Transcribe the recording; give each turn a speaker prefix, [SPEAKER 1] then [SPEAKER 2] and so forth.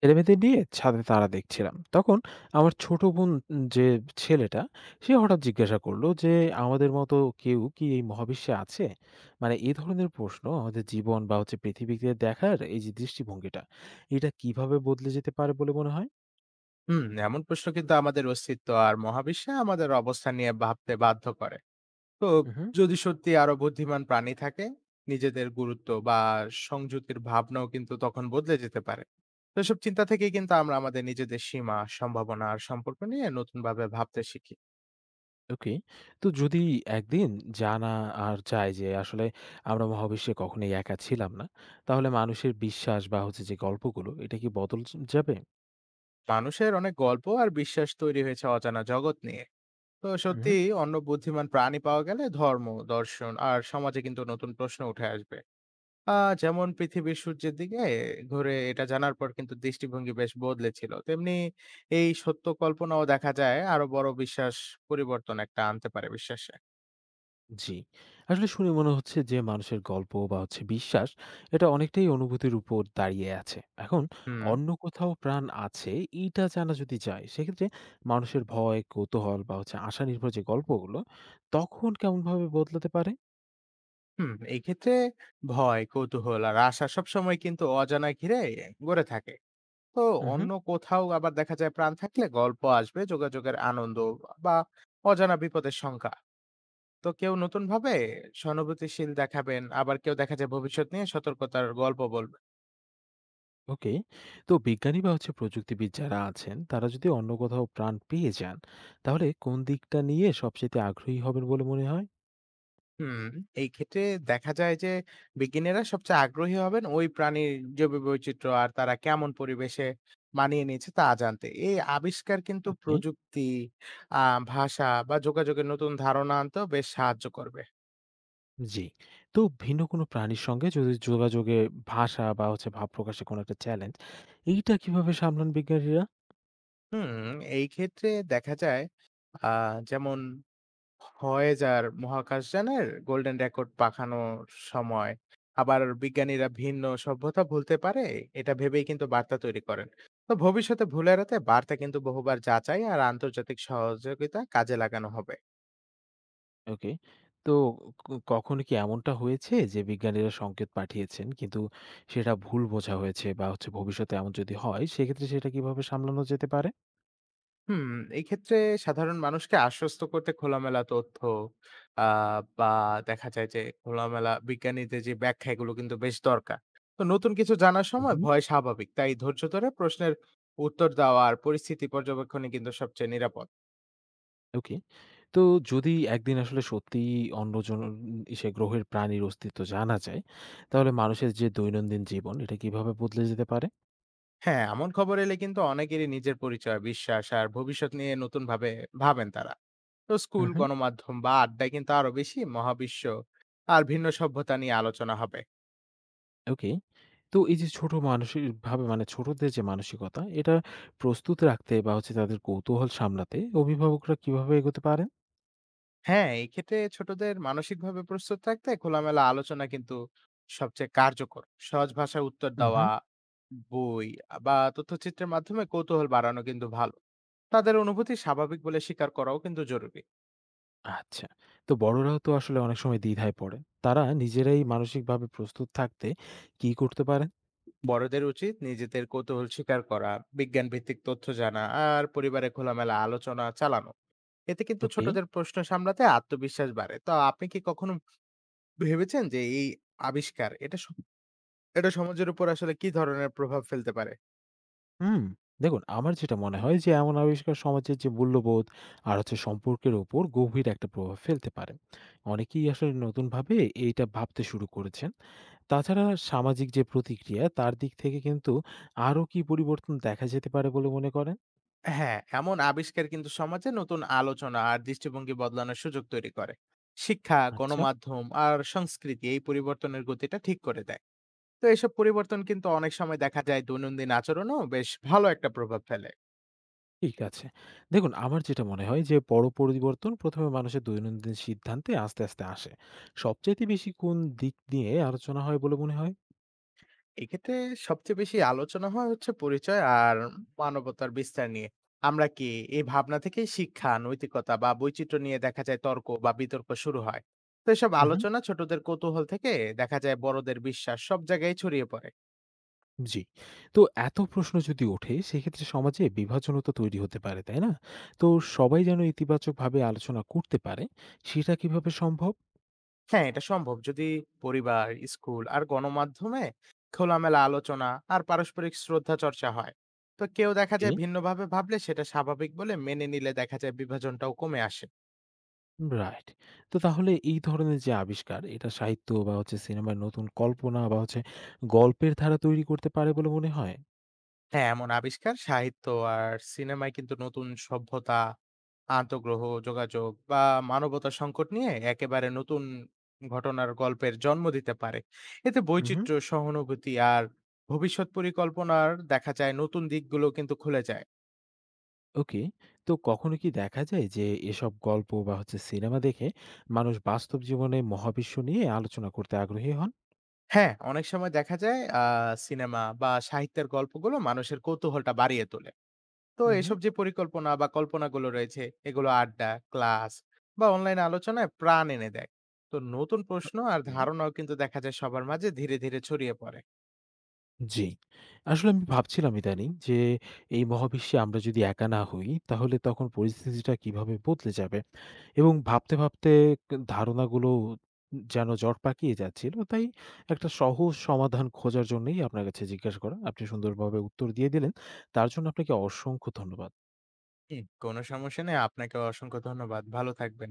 [SPEAKER 1] ছেলেমেয়েদের নিয়ে ছাদে তারা দেখছিলাম। তখন আমার ছোট বোন যে ছেলেটা, সে হঠাৎ জিজ্ঞাসা করল যে, "আমাদের মতো কেউ কি এই মহাবিশ্বে আছে?" মানে এ ধরনের প্রশ্ন আমাদের জীবন বা পৃথিবীকে দেখার এই যে দৃষ্টিভঙ্গিটা, এটা কিভাবে বদলে যেতে পারে বলে মনে হয়?
[SPEAKER 2] হুম, এমন প্রশ্ন কিন্তু আমাদের অস্তিত্ব আর মহাবিশ্বে আমাদের অবস্থান নিয়ে ভাবতে বাধ্য করে। তো
[SPEAKER 1] উহুম,
[SPEAKER 2] যদি সত্যি আরো বুদ্ধিমান প্রাণী থাকে, নিজেদের গুরুত্ব বা সংযুতির ভাবনাও কিন্তু তখন বদলে যেতে পারে। তো এসব চিন্তা থেকেই কিন্তু আমরা আমাদের নিজেদের সীমা, সম্ভাবনা আর সম্পর্ক নিয়ে নতুন ভাবে ভাবতে শিখি।
[SPEAKER 1] ওকে। তো যদি একদিন জানা আর যায় যে আসলে আমরা মহাবিশ্বে কখনোই একা ছিলাম না, তাহলে মানুষের বিশ্বাস বা যে গল্পগুলো, এটা কি বদল য যাবে?
[SPEAKER 2] মানুষের অনেক গল্প আর বিশ্বাস তৈরি হয়েছে অজানা জগৎ নিয়ে। তো সত্যি
[SPEAKER 1] উহুম।
[SPEAKER 2] অন্য বুদ্ধিমান প্রাণী পাওয়া গেলে ধর্ম, দর্শন আর সমাজে কিন্তু নতুন প্রশ্ন উঠে আসবে। আ যেমন পৃথিবীর সূর্যের দিকে ঘুরে এটা জানার পর কিন্তু দৃষ্টিভঙ্গি বেশ বদলেছিল। তেমনি এই সত্য কল্পনাও দেখা যায় আরো বড় বিশ্বাস পরিবর্তন একটা আনতে পারে বিশ্বাসে।
[SPEAKER 1] জি। আসলে শুনে মনে হচ্ছে যে মানুষের গল্প বা বিশ্বাস এটা অনেকটাই অনুভূতির উপর দাঁড়িয়ে আছে। এখন
[SPEAKER 2] হুম,
[SPEAKER 1] অন্য কোথাও প্রাণ আছে এইটা জানা যদি যায় সেক্ষেত্রে মানুষের ভয়, কৌতূহল বা আশা নির্ভর যে গল্পগুলো তখন কেমনভাবে বদলাতে পারে?
[SPEAKER 2] হুম। এই ক্ষেত্রে ভয়, কৌতূহল আর আশা সবসময় কিন্তু অজানা ঘিরে গড়ে থাকে। তো
[SPEAKER 1] উহু,
[SPEAKER 2] অন্য কোথাও আবার দেখা যায় প্রাণ থাকলে গল্প আসবে, যোগাযোগের আনন্দ বা অজানা বিপদের শঙ্কা। তো কেউ নতুনভাবে সহানুভূতিশীল দেখাবেন, আবার কেউ দেখা যায় ভবিষ্যৎ নিয়ে সতর্কতার গল্প বলবেন।
[SPEAKER 1] ওকে। তো বিজ্ঞানী বা প্রযুক্তিবিদ যারা আছেন তারা যদি অন্য কোথাও প্রাণ পেয়ে যান তাহলে কোন দিকটা নিয়ে সবচাইতে আগ্রহী হবেন বলে মনে হয়?
[SPEAKER 2] হুম, এই ক্ষেত্রে দেখা যায় যে বিজ্ঞানীরা সবচেয়ে আগ্রহী হবেন ওই প্রাণীর জৈব বৈচিত্র্য আর তারা কেমন পরিবেশে মানিয়ে নিয়েছে তা জানতে। এই আবিষ্কার কিন্তু
[SPEAKER 1] আপনি?
[SPEAKER 2] প্রযুক্তি, আ ভাষা বা যোগাযোগের নতুন ধারণা আনতেও বেশ সাহায্য করবে।
[SPEAKER 1] জি। তো ভিন্ন কোনো প্রাণীর সঙ্গে যদি যোগাযোগে ভাষা বা ভাব প্রকাশে কোনো একটা চ্যালেঞ্জ, এইটা কিভাবে সামলান বিজ্ঞানীরা?
[SPEAKER 2] হুম, এই ক্ষেত্রে দেখা যায় আ যেমন ভয়েজার মহাকাশযানের গোল্ডেন রেকর্ড পাখানোর সময় আবার বিজ্ঞানীরা ভিন্ন সভ্যতা ভুলতে পারে এটা ভেবেই কিন্তু বার্তা তৈরি করেন। তো ভবিষ্যতে ভুল এড়াতে বার্তা কিন্তু বহুবার যাচাই আর আন্তর্জাতিক সহযোগিতা কাজে লাগানো হবে।
[SPEAKER 1] ওকে। তো কখনো কি এমনটা হয়েছে যে বিজ্ঞানীরা সংকেত পাঠিয়েছেন কিন্তু সেটা ভুল বোঝা হয়েছে বা ভবিষ্যতে এমন যদি হয় সেক্ষেত্রে সেটা কিভাবে সামলানো যেতে পারে?
[SPEAKER 2] হুম, এক্ষেত্রে সাধারণ মানুষকে আশ্বস্ত করতে খোলামেলা তথ্য, আ বা দেখা যায় যে খোলামেলা বিজ্ঞানীদের যে ব্যাখ্যা এগুলো কিন্তু বেশ দরকার। তো নতুন কিছু জানার সময়
[SPEAKER 1] হুম।
[SPEAKER 2] ভয় স্বাভাবিক। তাই ধৈর্য ধরে প্রশ্নের উত্তর দেওয়া আর পরিস্থিতি পর্যবেক্ষণই কিন্তু সবচেয়ে নিরাপদ।
[SPEAKER 1] ওকে। তো যদি একদিন আসলে সত্যিই অন্যজন সে গ্রহের প্রাণীর অস্তিত্ব জানা যায়, তাহলে মানুষের যে দৈনন্দিন জীবন এটা কিভাবে বদলে যেতে পারে?
[SPEAKER 2] হ্যাঁ, এমন খবর এলে কিন্তু অনেকেরই নিজের পরিচয়, বিশ্বাস আর ভবিষ্যৎ নিয়ে নতুনভাবে ভাবেন তারা। তো স্কুল,
[SPEAKER 1] উহু।
[SPEAKER 2] গণমাধ্যম বা আড্ডায় কিন্তু আরো বেশি মহাবিশ্ব আর ভিন্ন সভ্যতা নিয়ে আলোচনা হবে।
[SPEAKER 1] ওকে। তো এই যে ছোট মানসিক ভাবে মানে ছোটদের যে মানসিকতা, এটা প্রস্তুত রাখতে বা তাদের কৌতূহল সামলাতে অভিভাবকরা কিভাবে এগোতে পারেন?
[SPEAKER 2] হ্যাঁ, এই ক্ষেত্রে ছোটদের মানসিকভাবে প্রস্তুত থাকতে খোলামেলা আলোচনা কিন্তু সবচেয়ে কার্যকর। সহজ ভাষায় উত্তর
[SPEAKER 1] হুম,
[SPEAKER 2] দেওয়া,
[SPEAKER 1] হুম।
[SPEAKER 2] বই বা তথ্যচিত্রের মাধ্যমে কৌতূহল বাড়ানো কিন্তু ভালো। তাদের অনুভূতি স্বাভাবিক বলে স্বীকার করাও কিন্তু জরুরি।
[SPEAKER 1] আচ্ছা। তো বড়রাও তো আসলে অনেক সময় দ্বিধায় পড়েন। তারা নিজেরাই মানসিকভাবে প্রস্তুত থাকতে কি করতে পারেন?
[SPEAKER 2] বড়দের উচিত নিজেদের কৌতূহল স্বীকার করা, বিজ্ঞান ভিত্তিক তথ্য জানা আর পরিবারে খোলামেলা আলোচনা চালানো। এতে কিন্তু
[SPEAKER 1] ওকে।
[SPEAKER 2] ছোটদের প্রশ্ন সামলাতে আত্মবিশ্বাস বাড়ে। তো আপনি কি কখনো ভেবেছেন যে এই আবিষ্কার এটা সমাজের উপর আসলে কি ধরনের প্রভাব ফেলতে পারে?
[SPEAKER 1] হুম। দেখুন আমার যেটা মনে হয় যে এমন আবিষ্কার সমাজের যে মূল্যবোধ আর সম্পর্কের উপর গভীর একটা প্রভাব ফেলতে পারে। অনেকেই আসলে নতুনভাবে এইটা ভাবতে শুরু করেছেন। তাছাড়া সামাজিক যে প্রতিক্রিয়া তার দিক থেকে কিন্তু আরো কি পরিবর্তন দেখা যেতে পারে বলে মনে করেন?
[SPEAKER 2] হ্যাঁ, এমন আবিষ্কার কিন্তু সমাজে নতুন আলোচনা আর দৃষ্টিভঙ্গি বদলানোর সুযোগ তৈরি করে। শিক্ষা,
[SPEAKER 1] আচ্ছা,
[SPEAKER 2] গণমাধ্যম আর সংস্কৃতি এই পরিবর্তনের গতিটা ঠিক করে দেয়। তো এসব পরিবর্তন কিন্তু অনেক সময় দেখা যায় দৈনন্দিন আচরণেও বেশ ভালো একটা প্রভাব ফেলে।
[SPEAKER 1] ঠিক আছে। দেখুন আমার যেটা মনে হয় যে বড় পরিবর্তন প্রথমে মানুষের দৈনন্দিন সিদ্ধান্তে আস্তে, আস্তে আসে। সবচাইতে বেশি কোন দিক নিয়ে আলোচনা হয় বলে মনে হয়?
[SPEAKER 2] এক্ষেত্রে সবচেয়ে বেশি আলোচনা হয় হচ্ছে পরিচয় আর মানবতার বিস্তার নিয়ে। আমরা কি এই ভাবনা থেকেই শিক্ষা, নৈতিকতা বা বৈচিত্র্য নিয়ে দেখা যায় তর্ক বা বিতর্ক শুরু হয়। তো এসব
[SPEAKER 1] উহুম।
[SPEAKER 2] আলোচনা ছোটদের কৌতূহল থেকে দেখা যায় বড়দের বিশ্বাস সব জায়গায় ছড়িয়ে পড়ে।
[SPEAKER 1] জি। তো এত প্রশ্ন যদি ওঠে সেক্ষেত্রে সমাজে বিভাজনও তো তৈরি হতে পারে, তাই না? তো সবাই যেন ইতিবাচকভাবে আলোচনা করতে পারে সেটা কিভাবে সম্ভব?
[SPEAKER 2] হ্যাঁ, এটা সম্ভব। যদি পরিবার, স্কুল আর গণমাধ্যমে খোলামেলা আলোচনা আর পারস্পরিক শ্রদ্ধা চর্চা হয়। তো কেউ দেখা
[SPEAKER 1] ওকে।
[SPEAKER 2] যায় ভিন্নভাবে ভাবলে সেটা স্বাভাবিক বলে মেনে নিলে দেখা যায় বিভাজনটাও কমে আসে।
[SPEAKER 1] রাইট। তো তাহলে এই ধরনের যে আবিষ্কার, এটা সাহিত্য বা সিনেমার নতুন কল্পনা বা গল্পের ধারা তৈরি করতে পারে বলে মনে হয়?
[SPEAKER 2] হ্যাঁ, এমন আবিষ্কার সাহিত্য আর সিনেমায় কিন্তু নতুন সভ্যতা, আন্তঃগ্রহ যোগাযোগ বা মানবতা সংকট নিয়ে একেবারে নতুন ঘটনার গল্পের জন্ম দিতে পারে। এতে
[SPEAKER 1] হুম, হুম।
[SPEAKER 2] বৈচিত্র্য, সহানুভূতি আর ভবিষ্যৎ পরিকল্পনার দেখা যায় নতুন দিকগুলো কিন্তু খুলে যায়।
[SPEAKER 1] ওকে। তো কখনো কি দেখা যায় যে এসব গল্প বা সিনেমা দেখে মানুষ বাস্তব জীবনে মহাবিশ্ব নিয়ে আলোচনা করতে আগ্রহী হন?
[SPEAKER 2] হ্যাঁ, অনেক সময় দেখা যায় সিনেমা বা সাহিত্যের গল্পগুলো মানুষের কৌতূহলটা বাড়িয়ে তোলে। তো
[SPEAKER 1] হুম, হুম।
[SPEAKER 2] এসব যে পরিকল্পনা বা কল্পনাগুলো রয়েছে, এগুলো আড্ডা, ক্লাস বা অনলাইন আলোচনায় প্রাণ এনে দেয়। তো নতুন প্রশ্ন আর
[SPEAKER 1] ওকে।
[SPEAKER 2] ধারণাও কিন্তু দেখা যায় সবার মাঝে ধীরে, ধীরে ছড়িয়ে পড়ে।
[SPEAKER 1] জি। আসলে আমি ভাবছিলাম ইদানিং যে এই মহাবিশ্বে আমরা যদি একা না হই তাহলে তখন পরিস্থিতিটা কিভাবে বদলে যাবে? এবং ভাবতে, ভাবতে ধারণাগুলো যেন জট পাকিয়ে যাচ্ছিল। তাই একটা সহজ সমাধান খোঁজার জন্যই আপনার কাছে জিজ্ঞাসা করা। আপনি সুন্দরভাবে উত্তর দিয়ে দিলেন। তার জন্য আপনাকে অসংখ্য ধন্যবাদ।
[SPEAKER 2] হুম। কোনো সমস্যা নেই। আপনাকে অসংখ্য ধন্যবাদ। ভালো থাকবেন।